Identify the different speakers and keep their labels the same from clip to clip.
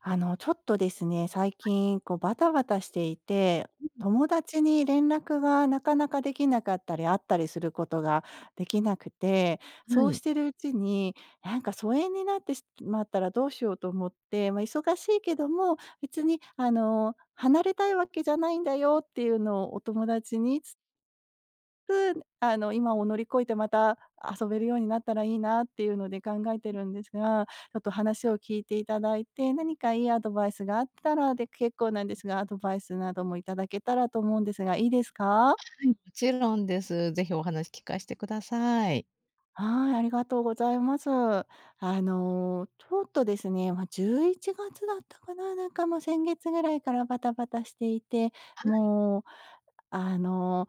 Speaker 1: ちょっとですね、最近、こう、バタバタしていて、友達に連絡がなかなかできなかったり、会ったりすることができなくて、
Speaker 2: は
Speaker 1: そうし
Speaker 2: い。
Speaker 1: てるうちに、なんか疎遠になってしまったらどうしようと思って、まあ、忙しいけども、別に、離れたいわけじゃないんだよっていうのをお友達に今を乗り越えてまた遊べるようになったらいいなっていうので考えてるんですが、ちょっと話を聞いていただいて、何かいいアドバイスがあったらで結構なんですが、アドバイスなどもいただけたらと思うんですが、いいですか？
Speaker 2: もちろんです。ぜひお話聞かしてください。
Speaker 1: はい、ありがとうございます。ちょっとですね、まあ、11月だったかな、なんかもう先月ぐらいからバタバタしていて、もうあの、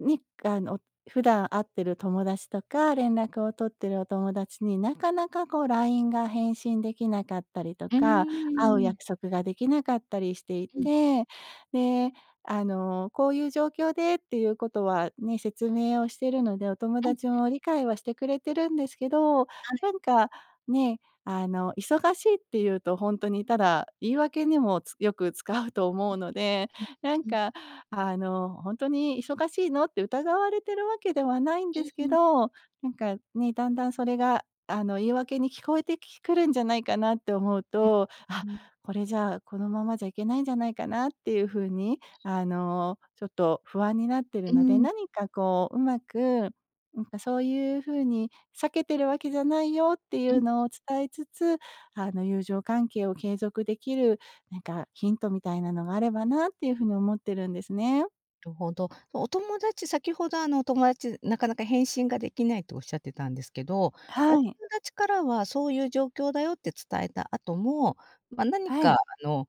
Speaker 1: にあの、普段会ってる友達とか、連絡を取ってるお友達になかなかこう LINE が返信できなかったりと
Speaker 2: うー
Speaker 1: か、
Speaker 2: ん、
Speaker 1: 会う約束ができなかったりしてい
Speaker 2: うん、うん
Speaker 1: て、で、こういう状況でっていうことはね、説明をしてるので、お友達
Speaker 2: う
Speaker 1: も理解はしてくれてるんですけど、なんかね、忙しいっていうとほんとにただ言い訳にもつよく使うと思うので、なん
Speaker 2: ん
Speaker 1: か本当に「忙しいの？」って疑われてるわけではないんですけど、なんかね、だんだんそれが、言い訳に聞こえてきくるんじゃないかなって思うと、あ、
Speaker 2: うんうん、うん、
Speaker 1: これじゃあ、このままじゃいけないんじゃないかなっていうふうに、ちょっと不安になってる
Speaker 2: う
Speaker 1: の
Speaker 2: ん、
Speaker 1: で、
Speaker 2: うん、
Speaker 1: 何かこう、うまく、なんかそういうふうに避けてるわけじゃないよっていう
Speaker 2: な
Speaker 1: のを伝えつつ、友情関係を継続できるなんかヒントみたいなのがあればなっていうふうに思ってるんですね。
Speaker 2: るほど。お友達先ほどお友達、なかなか返信ができないとおっしゃってたんですけど、
Speaker 1: は
Speaker 2: お友
Speaker 1: い。
Speaker 2: 達からはそういう状況だよって伝えた後も、ま、何
Speaker 1: は
Speaker 2: かあ
Speaker 1: い。
Speaker 2: の、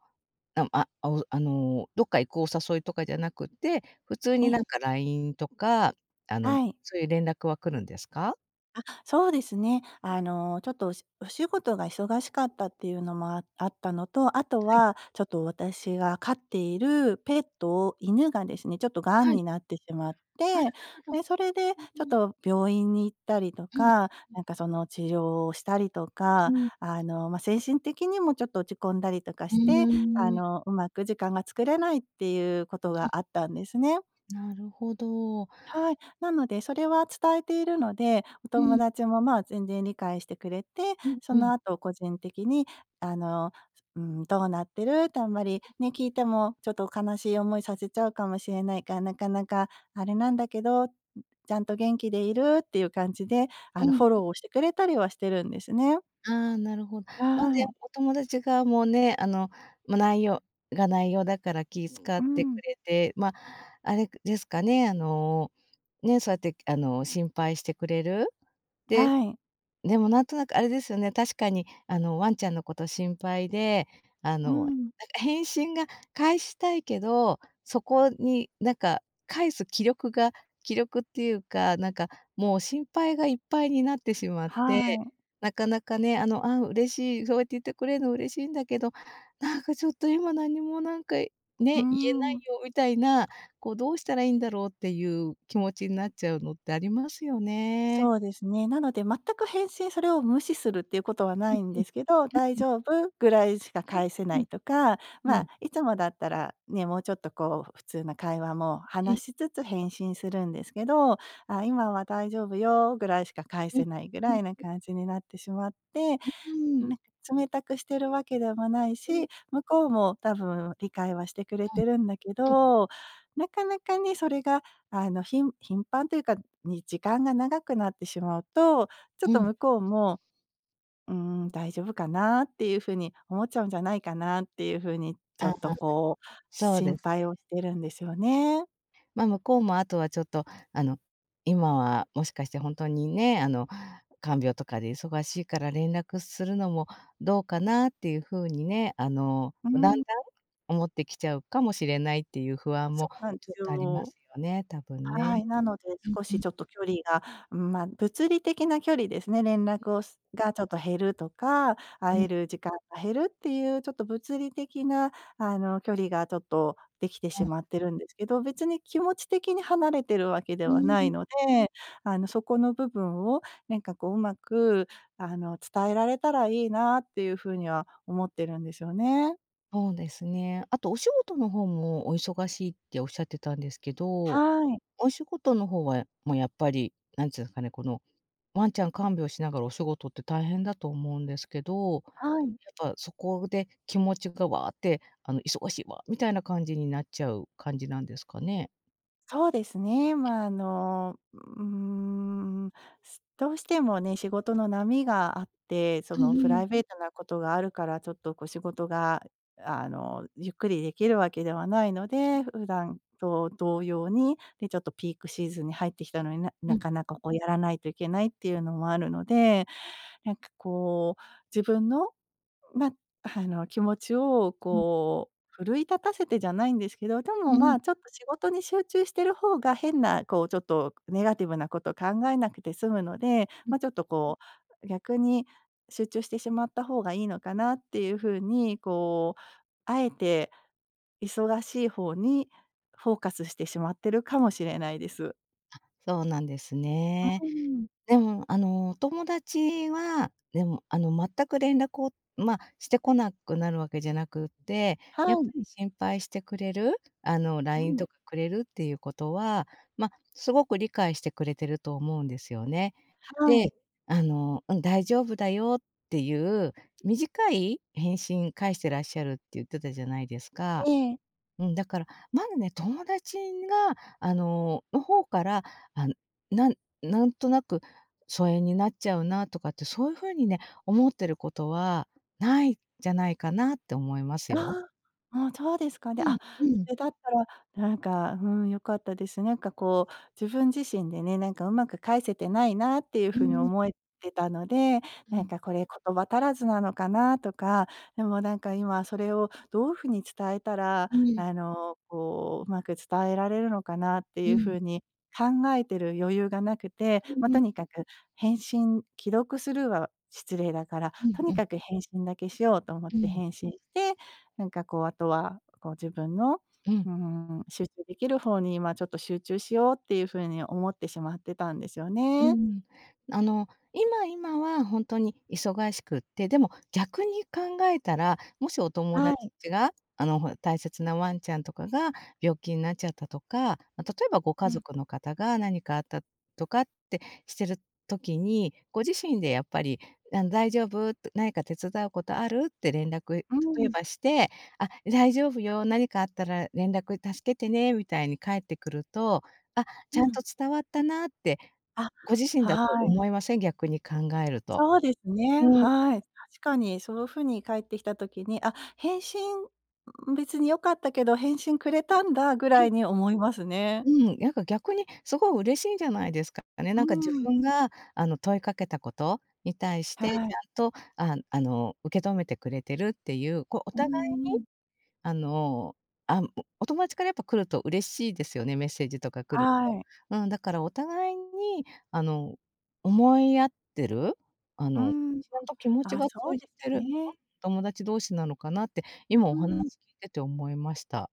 Speaker 2: あああおあの、どっか行くお誘いとかじゃなくて、普通
Speaker 1: え
Speaker 2: にな
Speaker 1: え。
Speaker 2: んか LINE とか、あの、
Speaker 1: はい。
Speaker 2: そういう連絡は来るんですか？
Speaker 1: そうですね。ちょっとおしお仕事が忙しかったっていうのもああったのと、あと
Speaker 2: はい。
Speaker 1: はちょっと私が飼っているペットを犬がですね、ちょっと癌
Speaker 2: は
Speaker 1: に
Speaker 2: い。
Speaker 1: なってしまっ
Speaker 2: あらら
Speaker 1: て、
Speaker 2: らら。
Speaker 1: で、それで
Speaker 2: う
Speaker 1: ちょ
Speaker 2: ん
Speaker 1: っ
Speaker 2: うん。
Speaker 1: と病院に行ったりと
Speaker 2: う
Speaker 1: か、なんかその治療をしたりとか、
Speaker 2: んうん。
Speaker 1: ま、精神的にもちょっと落ち込んだりとか
Speaker 2: う
Speaker 1: して、
Speaker 2: ーん、
Speaker 1: うまく時間が作れないっていうことがあったんですね。
Speaker 2: なるほど。
Speaker 1: はい。なので、それは伝えているので、お
Speaker 2: う
Speaker 1: 友
Speaker 2: ん、
Speaker 1: 達も、まあ、全然理解してくれて、
Speaker 2: うん、
Speaker 1: そ
Speaker 2: うん、
Speaker 1: の後個人的に、あの、うん、どうなってるってあんまりね、聞いてもちょっと悲しい思いさせちゃうかもしれないから、なかなかあれなんだけど、ちゃんと元気でいるっていう感じで、
Speaker 2: うん。
Speaker 1: フォローをしてくれたりはしてるんですね。
Speaker 2: ああ、なるほど。ま、で、
Speaker 1: はい。
Speaker 2: お友達がもうね、ま、内容が内容だから気遣
Speaker 1: う
Speaker 2: って
Speaker 1: ん。
Speaker 2: くれて、ま、あれですかね、ね、そうやって、心配してくれる。で、
Speaker 1: はい。
Speaker 2: でもなんとなくあれですよね、確かにワンちゃんのこと心配で、
Speaker 1: う
Speaker 2: なんか
Speaker 1: ん。
Speaker 2: 返信が返したいけど、そこになんか返す気力っていうか、なんかもう心配がいっぱいになってしまって、
Speaker 1: はい。
Speaker 2: なかなかね、あ、嬉しい、そうやって言ってくれるの嬉しいんだけど、なんかちょっと今何もなんか、ね、言
Speaker 1: う
Speaker 2: えない
Speaker 1: ん。
Speaker 2: よみたいな、こうどうしたらいいんだろうっていう気持ちになっちゃうのってありますよね。
Speaker 1: そうですね。なので全く返信それを無視するっていうことはないん
Speaker 2: うん
Speaker 1: ですけど、「大
Speaker 2: うん。
Speaker 1: 丈夫？」ぐらいしか返せな
Speaker 2: うんうん。
Speaker 1: いとか、
Speaker 2: う
Speaker 1: まあ、
Speaker 2: ん、
Speaker 1: いつもだったらね、もうちょっとこう普通な会話も
Speaker 2: うん、
Speaker 1: 話しつつ返信するんですけど、「あ、今は大丈夫よ」ぐらいしか返
Speaker 2: う
Speaker 1: せ
Speaker 2: ん、
Speaker 1: ないぐ
Speaker 2: う
Speaker 1: ら
Speaker 2: ん、
Speaker 1: いな感じになってしまって、
Speaker 2: うん、う
Speaker 1: な
Speaker 2: ん、
Speaker 1: んか冷たくしてるわけでもないし、
Speaker 2: う
Speaker 1: 向こうも多分理解はしてくれてるんだけ
Speaker 2: ん、
Speaker 1: ど、なかなかね、それがひん頻繁というか、に時間が長くなってしまうと、ちょっ
Speaker 2: う
Speaker 1: と
Speaker 2: ん。
Speaker 1: 向こうも、うーん、大丈夫かなっていう風に思っちゃうんじゃないかなっていう風に、ちょ
Speaker 2: あ、
Speaker 1: っとこう、
Speaker 2: そう
Speaker 1: 心
Speaker 2: です
Speaker 1: 配
Speaker 2: ね。
Speaker 1: をしてるんですよね。
Speaker 2: ま、向こうもあとはちょっと、あの、今はもしかしてほんとにね、看病とかで忙しいから連絡するのもどうかなっていう風にね、
Speaker 1: う
Speaker 2: だんだん
Speaker 1: ん、
Speaker 2: 思ってきちゃうかもしれないっていう不安
Speaker 1: そ
Speaker 2: も
Speaker 1: うなんで
Speaker 2: ちょ
Speaker 1: す
Speaker 2: っとありま
Speaker 1: よ。
Speaker 2: すよね、多分
Speaker 1: は
Speaker 2: ね。
Speaker 1: い、なので、
Speaker 2: うん
Speaker 1: 少
Speaker 2: う
Speaker 1: し
Speaker 2: ん、
Speaker 1: ちょっと距離が、うんまあ、物理的な距離ですね、連絡をすがちょっと減るとか、
Speaker 2: うん、
Speaker 1: 会
Speaker 2: う
Speaker 1: える時間が減るっていうちょっと物理的な、距離がちょっとできてし
Speaker 2: ん。
Speaker 1: まってるんですけど、別に気持ち的に離れてるわけで
Speaker 2: う
Speaker 1: は
Speaker 2: ー
Speaker 1: ない
Speaker 2: ん。
Speaker 1: ので、そこの部分をなんかこう、うまく、伝えられたらいいなっていうふうには思ってるんですよね。
Speaker 2: そうですね。あとお仕事の方もお忙しいっておっしゃってたんですけ
Speaker 1: は
Speaker 2: ど、
Speaker 1: い、
Speaker 2: お仕事の方は、もうやっぱり、なんていうんですかね、この、ワンちゃん看病しながらお仕事って大変だと思うんですけど、や
Speaker 1: はい。
Speaker 2: っぱそこで気持ちがわーって、忙しいわみたいな感じになっちゃう感じなんですかね？
Speaker 1: そうですね。まあ、うーん、すどうしてもね、仕事の波があって、そ
Speaker 2: う
Speaker 1: の
Speaker 2: ん
Speaker 1: プ
Speaker 2: う
Speaker 1: ラ
Speaker 2: ん。
Speaker 1: イベートなことがあるから、ちょっとこう仕事が、ゆっくりできるわけではないので、普段と同様に、で、ちょっとピークシーズンに入ってきたのに、な
Speaker 2: う
Speaker 1: な
Speaker 2: ん
Speaker 1: かなかこうやらないといけないっていうのもあるので、なんかこう、自分のま、気持ちを
Speaker 2: うん。
Speaker 1: こう奮い立たせてじゃないんですけど、でも、
Speaker 2: う
Speaker 1: ま
Speaker 2: ん
Speaker 1: あ、ちょっと仕事に集中してる方が変なこうちょっとネガティブなことを考えなくて済むので、
Speaker 2: うん。
Speaker 1: ま、ちょっとこう逆に集中してしまった方がいいのかなっていう風に、こう、あえて忙しい方にフォーカスしてしまってるかもしれないです。う
Speaker 2: そうなんです
Speaker 1: ー
Speaker 2: ね。
Speaker 1: ん。
Speaker 2: でも、お友達は、でも、全く連絡を、まあ、してこなくなるわけじゃなくって、
Speaker 1: は
Speaker 2: やっぱ
Speaker 1: い。
Speaker 2: り心配してくれる、
Speaker 1: う
Speaker 2: LINE
Speaker 1: ん、
Speaker 2: とかくれるっていうことは、まあ、すごく理解してくれてると思うんですよね。
Speaker 1: は
Speaker 2: で、
Speaker 1: い。
Speaker 2: うん、大丈夫だよっていう短い返信返してらっしゃるって言ってたじゃないですか。
Speaker 1: ええ。
Speaker 2: うん、だから、まずね、友達が、あの、の方から、あ、なんなんとなく疎遠になっちゃうなとかって、そういう風にね、思ってることはないんじゃないかなって思います
Speaker 1: あ
Speaker 2: よ。
Speaker 1: あ、もうそうですかね。
Speaker 2: う
Speaker 1: あ、
Speaker 2: ん
Speaker 1: そ
Speaker 2: う
Speaker 1: れだったら、なんか、うん、良かったです。なんかこう、自分自身でね、なんかうまく返せてないなっていう風に
Speaker 2: ん。
Speaker 1: 思えてたので、
Speaker 2: う
Speaker 1: なん
Speaker 2: ん。
Speaker 1: かこれ言葉足らずなのかなとか、でもなんか今それをどういう風に伝えたら、
Speaker 2: うん。
Speaker 1: こう、うまく伝えられるのかなってい
Speaker 2: う
Speaker 1: う
Speaker 2: ん。
Speaker 1: 風に考えてる余裕がなくて、ま、
Speaker 2: うんう
Speaker 1: と
Speaker 2: ん
Speaker 1: にかく返信既読スルーは失礼だから、
Speaker 2: うん
Speaker 1: とに
Speaker 2: うん。
Speaker 1: かく返信だけしようと思っ
Speaker 2: う
Speaker 1: て
Speaker 2: ん。
Speaker 1: 返信してなんかこう、あとは、こう自分の、
Speaker 2: う
Speaker 1: う
Speaker 2: ん。
Speaker 1: ーん、集中できる方に今ちょっと集中しようっていう風に思ってしまってたんですよ
Speaker 2: う
Speaker 1: ね。
Speaker 2: ん。あの、今は本当に忙しくって、でも逆に考えたら、もしお友
Speaker 1: は
Speaker 2: 達
Speaker 1: い、
Speaker 2: が、ほら、大切なワンちゃんとかが病気になっちゃったとか、ま、例えばご
Speaker 1: う
Speaker 2: 家
Speaker 1: ん。
Speaker 2: 族の方が何かあったとかってしてる時に、ご自身でやっぱり、「大丈夫？」って何か手伝うことある？」って連絡、
Speaker 1: う
Speaker 2: 例え
Speaker 1: ん、
Speaker 2: ばして、「あ、大丈夫よ。何かあったら連絡助けてね」みたいに返ってくると、「あ、ち
Speaker 1: う
Speaker 2: ゃん
Speaker 1: ん。
Speaker 2: と伝わったな」って
Speaker 1: あ、
Speaker 2: ご自身だ
Speaker 1: は
Speaker 2: と
Speaker 1: い、
Speaker 2: 思いません？逆に考えると。
Speaker 1: そうですね、
Speaker 2: うん。
Speaker 1: はい。確かにそういう風に返ってきた時に、あ、返信、ん別に良かったけど、返信くれたんだぐらいに思いますね。
Speaker 2: うん、うん、なんか逆にすごい嬉しいんじゃないですかね。
Speaker 1: う
Speaker 2: なんか自
Speaker 1: ん、
Speaker 2: 分が問いかけたことに対して、ち
Speaker 1: はい。
Speaker 2: ゃんと受け止めてくれてるっていう、こうお
Speaker 1: う
Speaker 2: 互い
Speaker 1: んうん。
Speaker 2: あの、あ、お友達からやっぱ来ると嬉しいですよね、メッセージとか来ると。
Speaker 1: はい。
Speaker 2: うん、だからお互いに思い合ってる、あ
Speaker 1: う
Speaker 2: の、
Speaker 1: ん。
Speaker 2: ちゃんと気持ち
Speaker 1: あ、
Speaker 2: が通
Speaker 1: そうで
Speaker 2: じて
Speaker 1: す
Speaker 2: る
Speaker 1: ね。
Speaker 2: 友達同士なのかなって、今
Speaker 1: う
Speaker 2: お
Speaker 1: ん。
Speaker 2: 話聞いてて思いました。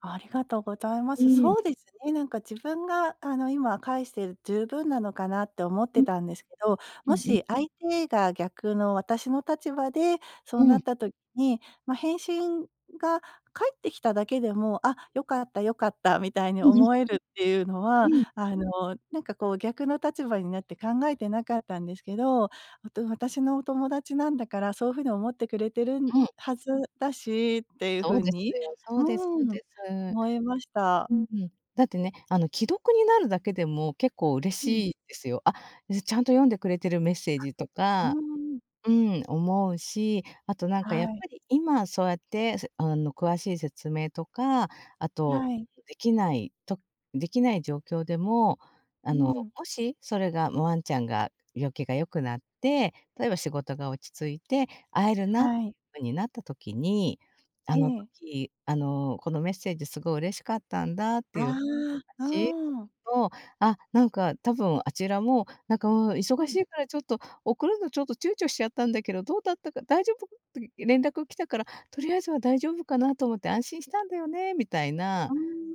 Speaker 1: ありがとうございま
Speaker 2: え
Speaker 1: す。
Speaker 2: え、
Speaker 1: そうですね、なんか自分があの今返してる十分なのかなって思っ
Speaker 2: う
Speaker 1: て
Speaker 2: ん、
Speaker 1: たんですけど、
Speaker 2: う
Speaker 1: も
Speaker 2: んうん、
Speaker 1: し相手が逆の私の立場でそ
Speaker 2: う
Speaker 1: うな
Speaker 2: ん、
Speaker 1: った時に、まあ、返信が返ってきただけでも、あ、良かった良かったみたいに
Speaker 2: うんうん、
Speaker 1: 思えるっていうの
Speaker 2: う
Speaker 1: は、
Speaker 2: ん、
Speaker 1: なんかこう逆の立場になって考えてなかったんですけど、あと私のお友達なんだからそういうふうに思ってくれてる
Speaker 2: うん、
Speaker 1: はずだしっていうふ
Speaker 2: そう
Speaker 1: う
Speaker 2: で
Speaker 1: に
Speaker 2: すよ、そうですそう
Speaker 1: うん。
Speaker 2: で
Speaker 1: 思
Speaker 2: す。
Speaker 1: いました。
Speaker 2: うん。だってね、既読になるだけでも結構嬉
Speaker 1: うん。
Speaker 2: しいですよ。あ、ちゃんと読んでくれてるメッセージと
Speaker 1: う
Speaker 2: か、
Speaker 1: ーん。
Speaker 2: うん、思うし、あとなんか
Speaker 1: は
Speaker 2: やっ
Speaker 1: い。
Speaker 2: ぱり今そうやって、せあの、詳しい説明とか、あと、
Speaker 1: はい。
Speaker 2: できないとできない状況でも、
Speaker 1: うん。
Speaker 2: もしそれが、もうワンちゃんが病気が良くなって、例えば仕事が落ち着いて会えるなって
Speaker 1: はい。
Speaker 2: いう風になった時に、あ
Speaker 1: え
Speaker 2: の
Speaker 1: え。
Speaker 2: 時、このメッセージすごい嬉しかったんだっ
Speaker 1: あ
Speaker 2: て
Speaker 1: あ。
Speaker 2: いう
Speaker 1: う
Speaker 2: する
Speaker 1: ーん。
Speaker 2: と、あ、なんか多分あちらも、なんか「うん、
Speaker 1: う
Speaker 2: 忙し
Speaker 1: ん。
Speaker 2: いからちょっと送るのちょっと躊躇しちゃったんだけど、どうだったか大丈夫？」って連絡来たから、とりあえずは大丈夫かなと思って安心したんだよね、みたいな、
Speaker 1: う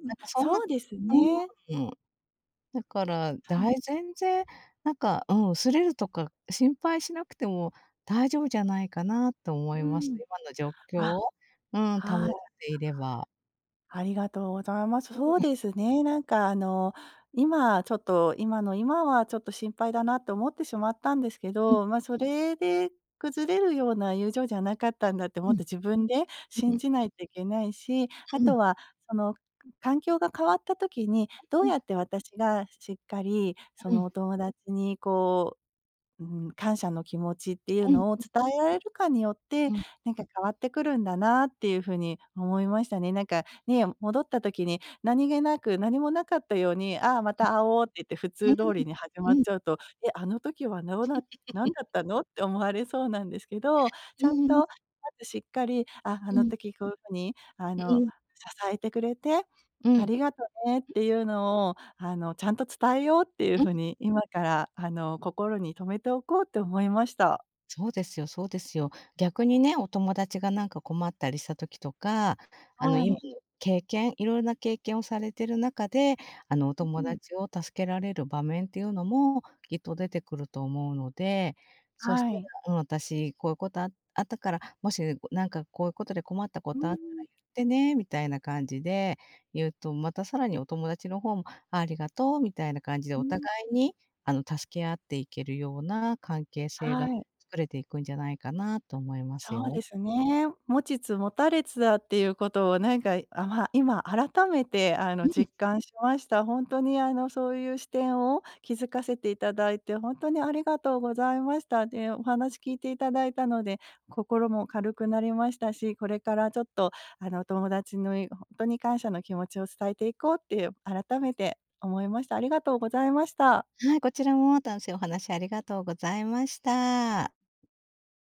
Speaker 1: ーん、
Speaker 2: なんかそんな、う
Speaker 1: そうですね。
Speaker 2: ーん。だから、
Speaker 1: うん。
Speaker 2: 全然なんか、うん、擦れるとか心配しなくても大丈夫じゃないかなと
Speaker 1: う
Speaker 2: 思
Speaker 1: ー
Speaker 2: います。
Speaker 1: ん。
Speaker 2: 今の状況
Speaker 1: あ、
Speaker 2: を、うん、保っ
Speaker 1: はい。
Speaker 2: ていれば。
Speaker 1: ありがとうございます。そうですね。なんかあの、今ちょっと、今の今はちょっと心配だなと思ってしまったんですけ
Speaker 2: うん
Speaker 1: ど、ま、それで崩れるような友情じゃなかったんだっても
Speaker 2: う
Speaker 1: っ
Speaker 2: ん、
Speaker 1: と自分で
Speaker 2: うん、
Speaker 1: 信
Speaker 2: うん、
Speaker 1: じないといけないし、
Speaker 2: う
Speaker 1: あ
Speaker 2: ん、
Speaker 1: とはその、環境が変わった時に、ど
Speaker 2: う
Speaker 1: うや
Speaker 2: ん、
Speaker 1: って私がしっかりその
Speaker 2: う
Speaker 1: お友達にこううん、感謝の気持ちっていう
Speaker 2: ん、うん。
Speaker 1: のを伝えられるかによって、なんか変わってくるんだなっていう風に思いましたね。なんかね、戻った時に何気なく何もなかったように、「ああ、また会おう」って言って普
Speaker 2: うん。
Speaker 1: 通通りに始まっ
Speaker 2: うん。
Speaker 1: ちゃうと、「え、あの時はどうな何だったの？」って思われそうなんですけど、ち
Speaker 2: う
Speaker 1: ゃん
Speaker 2: んうん。
Speaker 1: とまずしっかり、「あ、あ
Speaker 2: う
Speaker 1: の
Speaker 2: ん。
Speaker 1: 時こういう風に
Speaker 2: うん。
Speaker 1: 支えてくれて、
Speaker 2: うんう
Speaker 1: あ
Speaker 2: ん、
Speaker 1: りがとねっていうのを、ちゃんと伝えようっていう風に、今から、心に留めておこうって思いました。
Speaker 2: そうですよ、そうですよ。逆にね、お友達がなんか困ったりした時とか、
Speaker 1: は
Speaker 2: 今
Speaker 1: い。
Speaker 2: の経験いろいろな経験をされてる中で、お
Speaker 1: う
Speaker 2: 友
Speaker 1: ん。
Speaker 2: 達を助けられる場面っていうのもきっと出てくると思うので、そし
Speaker 1: は
Speaker 2: た
Speaker 1: い。
Speaker 2: ら、うん、私こういうことあったから、もしなんかこういうことで困ったこ
Speaker 1: う
Speaker 2: とあったら
Speaker 1: ん、
Speaker 2: 言ってねみたいな感じで言うと、またさらにお友達の方も、あ、ありがとうみたいな感じで
Speaker 1: う
Speaker 2: お互
Speaker 1: ん。
Speaker 2: いに、助け合っていけるような関係性
Speaker 1: は
Speaker 2: が
Speaker 1: い。
Speaker 2: 作れていくんじゃないかなと思いま
Speaker 1: そ
Speaker 2: す
Speaker 1: うで
Speaker 2: よ。
Speaker 1: すね。持ちつ持たれつだっていうことをなんか、あ、まあ、今改めてあの
Speaker 2: うん、
Speaker 1: 実感しました。本当にあのそういう視点を気づかせていただいて、本当にありがとうございました。で、お話聞いていただいたので、心も軽くなりましたし、これからちょっとあの友達の本当に感謝の気持ちを伝えていこうって改めて思いました。ありがとうございました。
Speaker 2: はい、こちらも楽しいお話ありがとうございました。